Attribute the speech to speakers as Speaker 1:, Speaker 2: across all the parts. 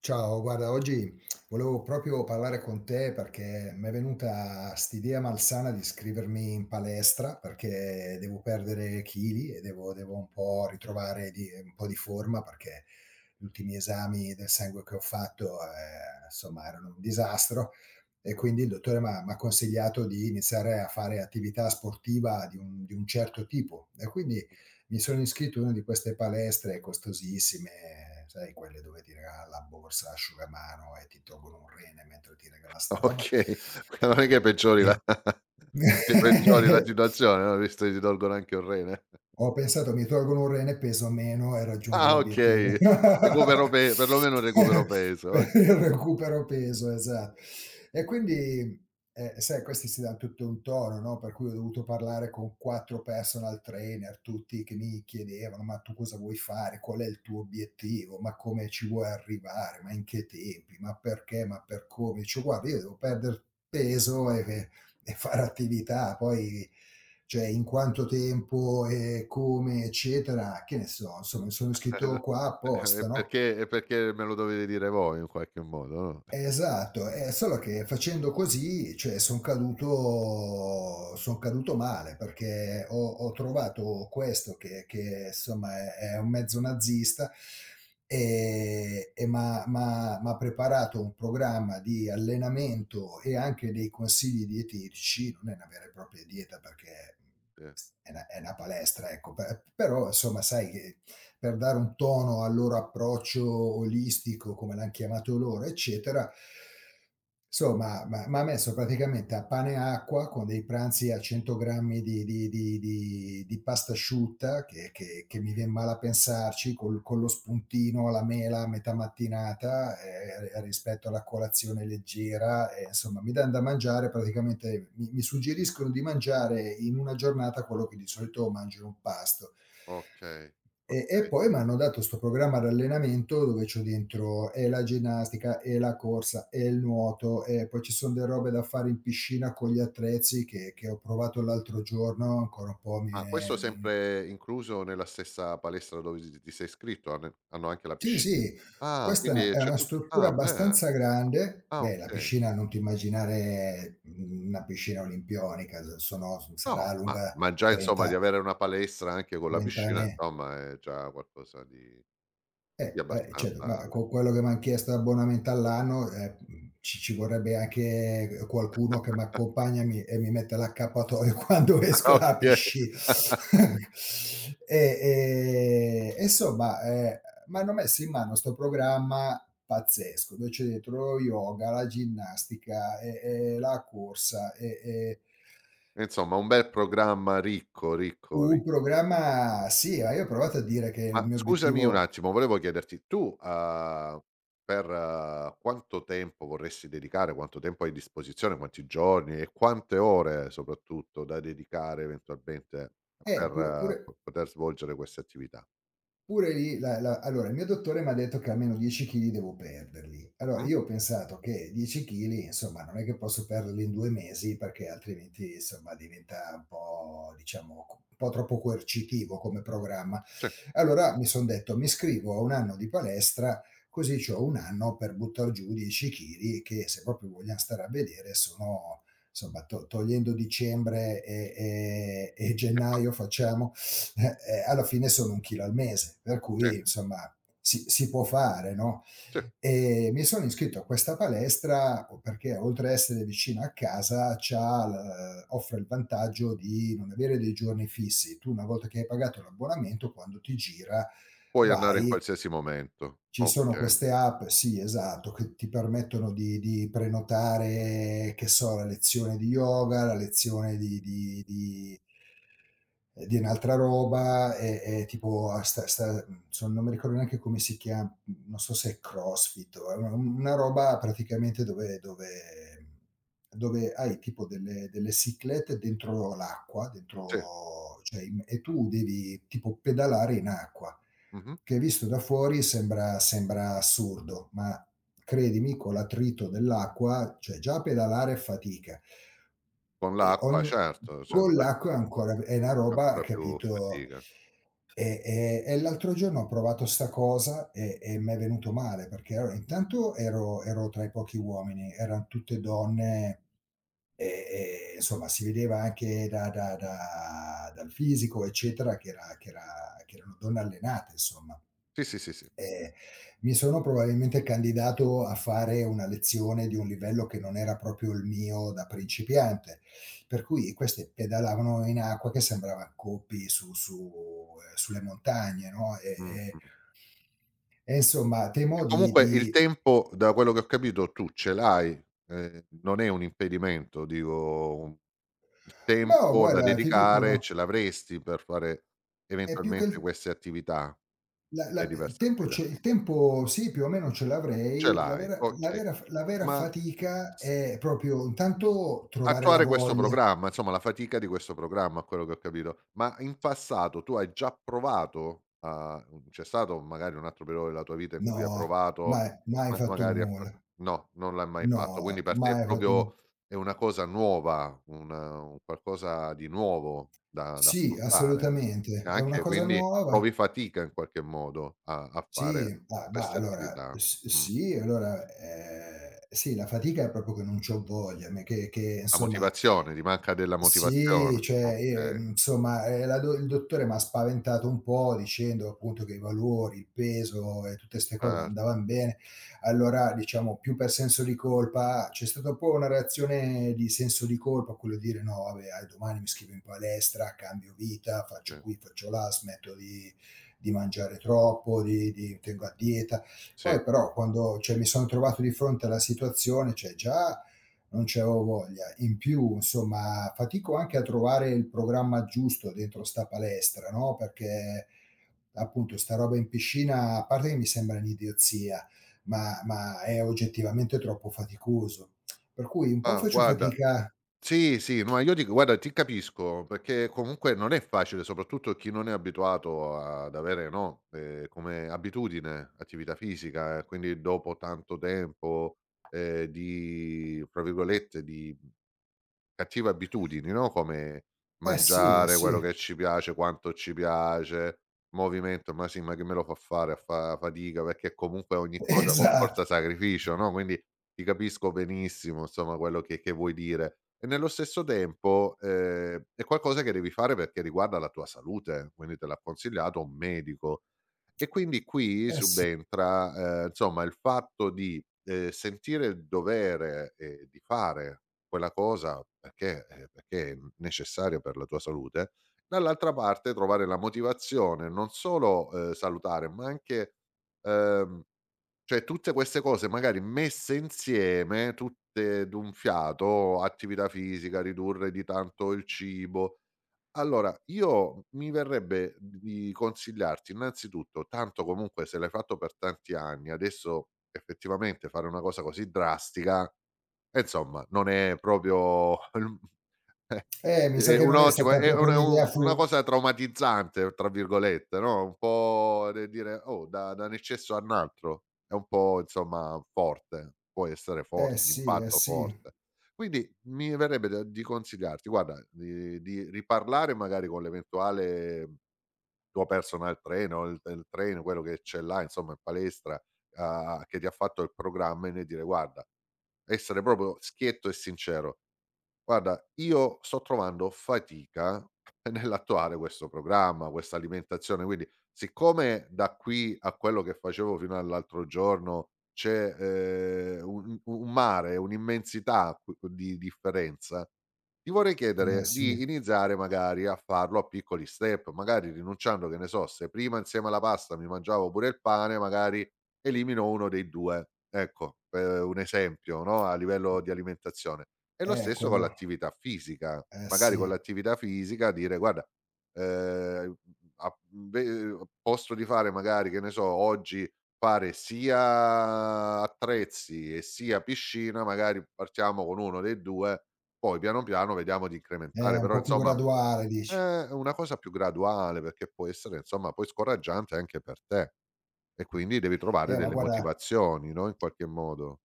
Speaker 1: Ciao, guarda, oggi volevo proprio parlare con te perché m'è venuta st'idea malsana di iscrivermi in palestra perché devo perdere chili e devo un po' ritrovare di un po' di forma perché gli ultimi esami del sangue che ho fatto, insomma erano un disastro. E quindi il dottore m'ha consigliato di iniziare a fare attività sportiva di un certo tipo. E quindi mi sono iscritto a una di queste palestre costosissime, sai quelle dove ti regala la borsa, l'asciugamano e ti tolgono un rene mentre ti regala 'sta roba.
Speaker 2: Okay, non è che peggiori
Speaker 1: E
Speaker 2: la che peggiori la situazione, no, visto che ti tolgono anche un rene.
Speaker 1: ho pensato: "Mi tolgono un rene, peso meno e raggiungo
Speaker 2: Ah,
Speaker 1: l'obiettivo."
Speaker 2: okay, recupero pe perlomeno recupero peso, o
Speaker 1: Per il recupero peso, esatto. E quindi, sai, questi si dan tutto un tono, no, per cui ho dovuto parlare con 4 personal trainer, tutti che mi chiedevano: "Ma tu cosa vuoi fare? Qual è il tuo obiettivo? Ma come ci vuoi arrivare? Ma in che tempi? Ma perché? Ma per come?" Dice: "Guarda, io devo perder peso e fare attività, poi." Cioè in quanto tempo e come, eccetera, che ne so, insomma, mi sono iscritto
Speaker 2: eh,
Speaker 1: qua
Speaker 2: è
Speaker 1: apposta, no.
Speaker 2: perché me lo dovete dire voi in qualche modo, no?
Speaker 1: Esatto, solo che, facendo così, cioè son caduto male, perché ho trovato questo che insomma è un mezzo nazista. E m'ha preparato un programma di allenamento e anche dei consigli dietetici. Non è una vera e propria dieta perché,
Speaker 2: Sì,
Speaker 1: è 'na palestra, ecco, pe però insomma, sai, che per dare un tono al loro approccio olistico, come l'han chiamato loro, eccetera. Insomma, m'ha messo praticamente a pane e acqua con dei pranzi a 100 grammi di pasta asciutta che mi vien male a pensarci, col con lo spuntino, la mela a metà mattinata, rispetto alla colazione leggera, insomma mi dan da mangiare, praticamente mi suggeriscono di mangiare in una giornata quello che di solito mangio in un pasto.
Speaker 2: okay,
Speaker 1: E
Speaker 2: okay.
Speaker 1: poi m'hanno dato 'sto programma d'allenamento dove c'ho dentro e la ginnastica, e la corsa, e il nuoto, e poi ci son de robe da fare in piscina con gli attrezzi che ho provato l'altro giorno, ancora un po' mi
Speaker 2: Ma questo
Speaker 1: viene in...
Speaker 2: sempre incluso nella stessa palestra dove ti sei iscritto? Hanno anche la
Speaker 1: Sì,
Speaker 2: pisci
Speaker 1: sì,
Speaker 2: ah,
Speaker 1: questa
Speaker 2: quindi
Speaker 1: è
Speaker 2: c'è
Speaker 1: una
Speaker 2: tutto
Speaker 1: struttura
Speaker 2: ah, beh,
Speaker 1: abbastanza grande.
Speaker 2: ah,
Speaker 1: Beh, la
Speaker 2: okay.
Speaker 1: piscina, non ti immaginare, una piscina olimpionica, s sono s
Speaker 2: No,
Speaker 1: sarà
Speaker 2: ma
Speaker 1: lunga
Speaker 2: ma già insomma
Speaker 1: 30-
Speaker 2: di avere una palestra anche con la
Speaker 1: 30
Speaker 2: piscina
Speaker 1: me
Speaker 2: insomma è già qualcosa di abbastanza
Speaker 1: Certo, ma con quello che m'han chiesto abbonamento all'anno, ci vorrebbe anche qualcuno che m'accompagna e mi mette l'accappatoio quando esco
Speaker 2: ah
Speaker 1: dalla
Speaker 2: okay.
Speaker 1: pisci... E insomma, m'hanno messo in mano 'sto programma pazzesco, dove c'è dentro lo yoga, la ginnastica, e la corsa, e
Speaker 2: Insomma un bel programma ricco, ricco, ri
Speaker 1: un programma, sì, ma io ho provato a dire che il
Speaker 2: ma
Speaker 1: mio
Speaker 2: scusami un
Speaker 1: obiettivo...
Speaker 2: attimo, volevo chiederti tu, per ah, quanto tempo vorresti dedicare, quanto tempo hai a disposizione, quanti giorni e quante ore soprattutto da dedicare eventualmente
Speaker 1: eh,
Speaker 2: per
Speaker 1: pure
Speaker 2: ah,
Speaker 1: pure
Speaker 2: po poter svolgere queste attività?
Speaker 1: Pure lì, la la allora, il mio dottore m'ha detto che almeno 10 chili devo perderli. Allora
Speaker 2: Mh-mh.
Speaker 1: io ho pensato che 10 chili insomma non è che posso perderli in 2 mesi, perché altrimenti insomma diventa un po', diciamo, co un po' troppo coercitivo come programma.
Speaker 2: Sì,
Speaker 1: Allora mi son detto: "Mi iscrivo a 1 anno di palestra, così c'ho 1 anno per buttar giù 10 chili, che, se proprio vogliam stare a vedere, sono, insomma, to togliendo dicembre e gennaio facciamo, alla fine sono 1 chilo al mese, per
Speaker 2: sì,
Speaker 1: cui, insomma, si può fare, no."
Speaker 2: sì.
Speaker 1: Mi sono iscritto a questa palestra o perché, oltre a essere vicina a casa, c'ha l offre il vantaggio di non avere dei giorni fissi. Tu, una volta che hai pagato l'abbonamento, quando ti gira
Speaker 2: Puoi andare in
Speaker 1: vai.
Speaker 2: qualsiasi momento,
Speaker 1: Ci sono
Speaker 2: okay.
Speaker 1: queste app, sì, esatto, che ti permettono di prenotare, che so, la lezione di yoga, la lezione di di un'altra roba, e tipo a sta son non mi ricordo neanche come si chia non so se è CrossFit o è una roba, praticamente, dove mhmm, dove hai tipo delle ciclette dentro l'acqua,
Speaker 2: Sì,
Speaker 1: dentro, cioè, im e tu devi tipo pedalare in acqua,
Speaker 2: mh-mh.
Speaker 1: che visto da fuori sembra, sembra assurdo, ma credimi, con l'attrito dell'acqua, cioè, già pedalare è fatica.
Speaker 2: Con
Speaker 1: E
Speaker 2: l'acqua,
Speaker 1: ogni...
Speaker 2: certo, cioè
Speaker 1: Con l'acqua è ancora... È una roba,
Speaker 2: ancora più
Speaker 1: capito...
Speaker 2: fatica.
Speaker 1: E l'altro giorno ho provato 'sta cosa e m'è venuto male, perché allora intanto ero tra i pochi uomini, eran tutte donne, e insomma si vedeva anche da da da dal fisico, eccetera, Che erano donne allenate, insomma.
Speaker 2: Sì, sì, sì, sì.
Speaker 1: Ehm, Mi sono probabilmente candidato a fare una lezione di un livello che non era proprio il mio, da principiante, per cui queste pedalavano in acqua che sembrava Gopi su su sulle montagne, no, e
Speaker 2: Mh,
Speaker 1: e
Speaker 2: mh.
Speaker 1: e insomma
Speaker 2: E
Speaker 1: temo di
Speaker 2: comunque il
Speaker 1: di
Speaker 2: tempo, da quello che ho capito, tu ce l'hai, non è un impedimento, dico un il
Speaker 1: No,
Speaker 2: tempo da
Speaker 1: guarda, ti dico
Speaker 2: dedicare ce
Speaker 1: no,
Speaker 2: l'avresti per fare
Speaker 1: è più che
Speaker 2: eventualmente
Speaker 1: il...
Speaker 2: queste attività,
Speaker 1: la
Speaker 2: le
Speaker 1: la
Speaker 2: diverse
Speaker 1: il tempo c'è,
Speaker 2: attività.
Speaker 1: il tempo, sì, più o meno ce
Speaker 2: Ce
Speaker 1: l'avrei, la
Speaker 2: l'hai,
Speaker 1: vera la
Speaker 2: okay.
Speaker 1: vera f la vera
Speaker 2: Ma
Speaker 1: fatica è proprio intanto trovare la
Speaker 2: attuare questo
Speaker 1: voglia.
Speaker 2: programma, insomma la fatica di questo programma a quello che ho capito. Ma in passato tu hai già provato a c'è stato magari un altro periodo della tua vita in cui hai
Speaker 1: No,
Speaker 2: provato
Speaker 1: mai mai
Speaker 2: ma
Speaker 1: fatto
Speaker 2: magari a far
Speaker 1: nulla.
Speaker 2: no, non l'hai mai
Speaker 1: No,
Speaker 2: fatto, quindi per te è
Speaker 1: mai fatto nu
Speaker 2: proprio è una cosa nuova, un qualcosa di nuovo da da
Speaker 1: sì,
Speaker 2: affrontare.
Speaker 1: assolutamente.
Speaker 2: E
Speaker 1: È una
Speaker 2: anche
Speaker 1: cosa
Speaker 2: quindi
Speaker 1: nuova.
Speaker 2: provi fatica in qualche modo a a
Speaker 1: Sì,
Speaker 2: fare
Speaker 1: ma
Speaker 2: queste
Speaker 1: allora,
Speaker 2: attività.
Speaker 1: s
Speaker 2: Mh.
Speaker 1: sì, allora, sì, la fatica è proprio che non c'ho voglia, me che
Speaker 2: La
Speaker 1: insomma...
Speaker 2: motivazione, ti manca della
Speaker 1: Sì,
Speaker 2: motivazione.
Speaker 1: cioè,
Speaker 2: Okay,
Speaker 1: insomma, la do il dottore m'ha spaventato un po', dicendo appunto che i valori, il peso e tutte 'ste cose
Speaker 2: certo.
Speaker 1: andavan bene. Allora, diciamo, più per senso di colpa, c'è stata un po' una reazione di senso di colpa, quello di dire: "No, vabbè, dai, domani mi iscrivo in palestra, cambio vita, faccio
Speaker 2: Sì.
Speaker 1: qui, faccio là, smetto di..." Di mangiare troppo, di tengo a dieta.
Speaker 2: Sì.
Speaker 1: Poi però, quando, cioè, mi sono trovato di fronte alla situazione, cioè già non c'avevo voglia, in più insomma fatico anche a trovare il programma giusto dentro 'sta palestra, no, perché appunto 'sta roba in piscina, a parte che mi sembra un'idiozia, ma è oggettivamente troppo faticoso. Per cui un po'
Speaker 2: Ah,
Speaker 1: faccio
Speaker 2: guarda
Speaker 1: fatica...
Speaker 2: sì, sì, no, ma io dico guarda ti capisco, perché comunque non è facile, soprattutto chi non è abituato ad avere, no, come abitudine attività fisica e quindi dopo tanto tempo, di fra virgolette, di cattive abitudini, no, come
Speaker 1: Eh, sì, eh,
Speaker 2: mangiare
Speaker 1: sì,
Speaker 2: quello che ci piace, quanto ci piace, movimento, ma sì, ma chi me lo fa fare a fa fatica, perché comunque ogni cosa comporta
Speaker 1: esatto,
Speaker 2: sacrificio, no, quindi ti capisco benissimo insomma quello che vuoi dire. E nello stesso tempo, è qualcosa che devi fare perché riguarda la tua salute, quindi te l'ha consigliato un medico. E quindi qui
Speaker 1: eh, sì.
Speaker 2: subentra, insomma il fatto di, sentire il dovere, di fare quella cosa perché perché è necessario per la tua salute, dall'altra parte trovare la motivazione non solo, salutare, ma anche ehm, cioè tutte queste cose magari messe insieme, tutte d'un fiato, attività fisica, ridurre di tanto il cibo. Allora io mi verrebbe di consigliarti innanzitutto, tanto comunque se l'hai fatto per tanti anni, adesso effettivamente fare una cosa così drastica e insomma, non è proprio eh,
Speaker 1: Mi sa
Speaker 2: è
Speaker 1: che
Speaker 2: un
Speaker 1: non è
Speaker 2: ottimo
Speaker 1: stata proprio
Speaker 2: è un
Speaker 1: un'idea
Speaker 2: una
Speaker 1: fu
Speaker 2: cosa "traumatizzante" tra virgolette, no, un po' de dire: "Oh, da da un eccesso a un altro." È un po' insomma forte, può essere
Speaker 1: Eh,
Speaker 2: forte,
Speaker 1: sì, eh,
Speaker 2: l'impatto
Speaker 1: sì,
Speaker 2: forte. Quindi mi verrebbe da di consigliarti, guarda, di riparlare magari con l'eventuale tuo personal trainer o il trainer, quello che ce l'ha insomma in palestra, a che ti ha fatto il programma e ne dire: "Guarda" essere proprio schietto e sincero. Guarda, io sto trovando fatica nell'attuare questo programma, questa alimentazione, quindi siccome da qui a quello che facevo fino all'altro giorno c'è, un mare, un'immensità qu di differenza, ti vorrei
Speaker 1: eh,
Speaker 2: chiedere
Speaker 1: sì.
Speaker 2: di iniziare magari a farlo a piccoli step, magari rinunciando, che ne so, se prima insieme alla pasta mi mangiavo pure il pane, magari elimino uno dei 2. Ecco, per un esempio, no, a livello di alimentazione. E lo
Speaker 1: Eh,
Speaker 2: stesso con
Speaker 1: quello.
Speaker 2: l'attività fisica.
Speaker 1: Eh,
Speaker 2: Magari con
Speaker 1: sì.
Speaker 2: l'attività fisica dire: "Guarda, ehm, a ve posto di fare magari, che ne so, oggi fare sia attrezzi e sia piscina, magari partiamo con uno dei 2, poi piano piano vediamo di incrementare."
Speaker 1: Un
Speaker 2: Però
Speaker 1: po' più
Speaker 2: insomma
Speaker 1: graduale, dici.
Speaker 2: una cosa più graduale, perché può essere insomma poi scoraggiante anche per te e quindi devi trovare
Speaker 1: Ma
Speaker 2: delle
Speaker 1: guarda,
Speaker 2: motivazioni, no, in qualche modo.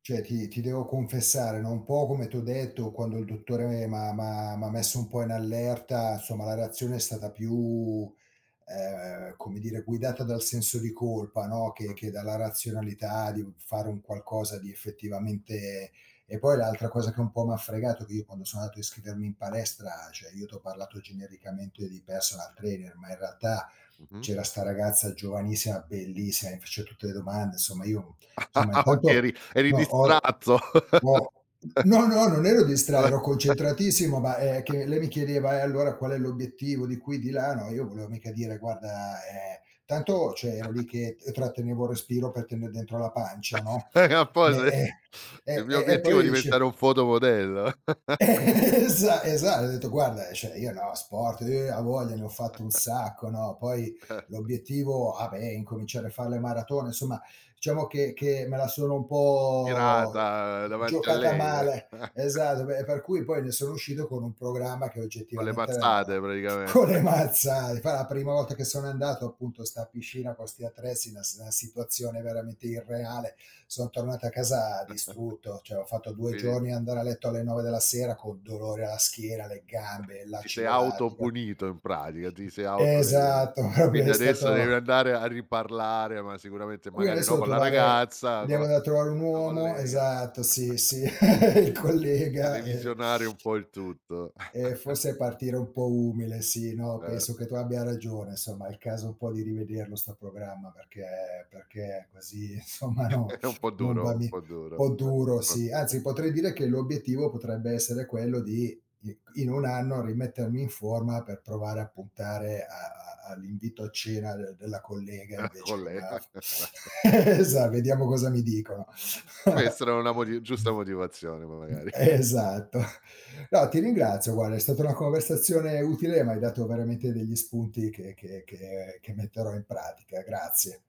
Speaker 1: cioè ti devo confessare, no, un po' come t'ho detto, quando il dottore m'ha messo un po' in allerta, insomma la reazione è stata più, come dire, guidata dal senso di colpa, no, che
Speaker 2: Mh,
Speaker 1: che dalla razionalità di fare un qualcosa di effettivamente... E poi l'altra cosa che un po' m'ha fregato: che io, quando sono andato a iscrivermi in palestra, cioè, io t'ho parlato genericamente di personal trainer, ma in realtà
Speaker 2: mh-mh.
Speaker 1: c'era 'sta ragazza giovanissima, bellissima, mi faceva tutte le domande, insomma, io... Insomma,
Speaker 2: Ah, okay,
Speaker 1: intanto...
Speaker 2: eri eri
Speaker 1: No, ho
Speaker 2: distratto.
Speaker 1: ho no, no, non ero distrai, ero concentratissimo, ma, che lei mi chiedeva: "E allora qual è l'obiettivo di qui, di là?" No, io volevo mica dire: "Guarda, tanto, cioè, ero lì che t trattenevo il respiro per tenere dentro la pancia, no, e
Speaker 2: Apposta il
Speaker 1: e
Speaker 2: mio
Speaker 1: e e
Speaker 2: obiettivo è
Speaker 1: poi dice...
Speaker 2: diventare un fotomodello.
Speaker 1: Esatto, ho detto: "Guarda, cioè, io, no, sport, a voglia, ne ho fatto un sacco, no." Poi l'obiettivo, ah, beh, è incominciare a fare le maratone, insomma, diciamo che me la sono un po'
Speaker 2: Tirata davanti a
Speaker 1: giocata
Speaker 2: lei,
Speaker 1: male. Esatto, beh, per cui poi ne sono uscito con un programma che
Speaker 2: con le
Speaker 1: oggettivamente era una
Speaker 2: mazzate
Speaker 1: ro
Speaker 2: praticamente.
Speaker 1: con le mazzate. Poi la prima volta che sono andato, appunto, a 'sta piscina con 'sti attrezzi, una... s una situazione veramente irreale, sono tornato a casa distrutto, cioè ho fatto 2
Speaker 2: Quindi
Speaker 1: giorni ad andare a letto alle 9 della sera con dolore alla schiena, alle gambe,
Speaker 2: ti sei
Speaker 1: l'acido lattico.
Speaker 2: autopunito in pratica, ti sei autolesionato.
Speaker 1: Esatto, proprio
Speaker 2: Quindi
Speaker 1: è
Speaker 2: adesso devi
Speaker 1: stato...
Speaker 2: andare a riparlare, ma sicuramente
Speaker 1: Qui
Speaker 2: magari
Speaker 1: adesso
Speaker 2: no con la ragazza,
Speaker 1: devo
Speaker 2: co
Speaker 1: andare a trovare un
Speaker 2: col tuo
Speaker 1: uomo,
Speaker 2: collega
Speaker 1: esatto, sì, sì, il
Speaker 2: e
Speaker 1: collega,
Speaker 2: revisionare un po' il tutto.
Speaker 1: Forse partire un po' umile, sì, no,
Speaker 2: Eh,
Speaker 1: penso che tu abbia ragione, insomma, è il caso un po' di rivederlo 'sto programma, perché così insomma, no,
Speaker 2: è
Speaker 1: non va,
Speaker 2: un
Speaker 1: mi un
Speaker 2: po' duro,
Speaker 1: po' duro, sì.
Speaker 2: affrontare
Speaker 1: Anzi, potrei dire che l'obiettivo potrebbe essere quello di i in 1 anno rimettermi in forma per provare a puntare a a all'invito a cena de della collega, invece
Speaker 2: con
Speaker 1: che
Speaker 2: lei.
Speaker 1: m'ha f esa vediamo cosa mi dicono.
Speaker 2: Può essere una moti giusta motivazione, ma magari.
Speaker 1: Esatto. No, ti ringrazio, guarda, è stata una conversazione utile, m'hai dato veramente degli spunti che metterò in pratica. Grazie.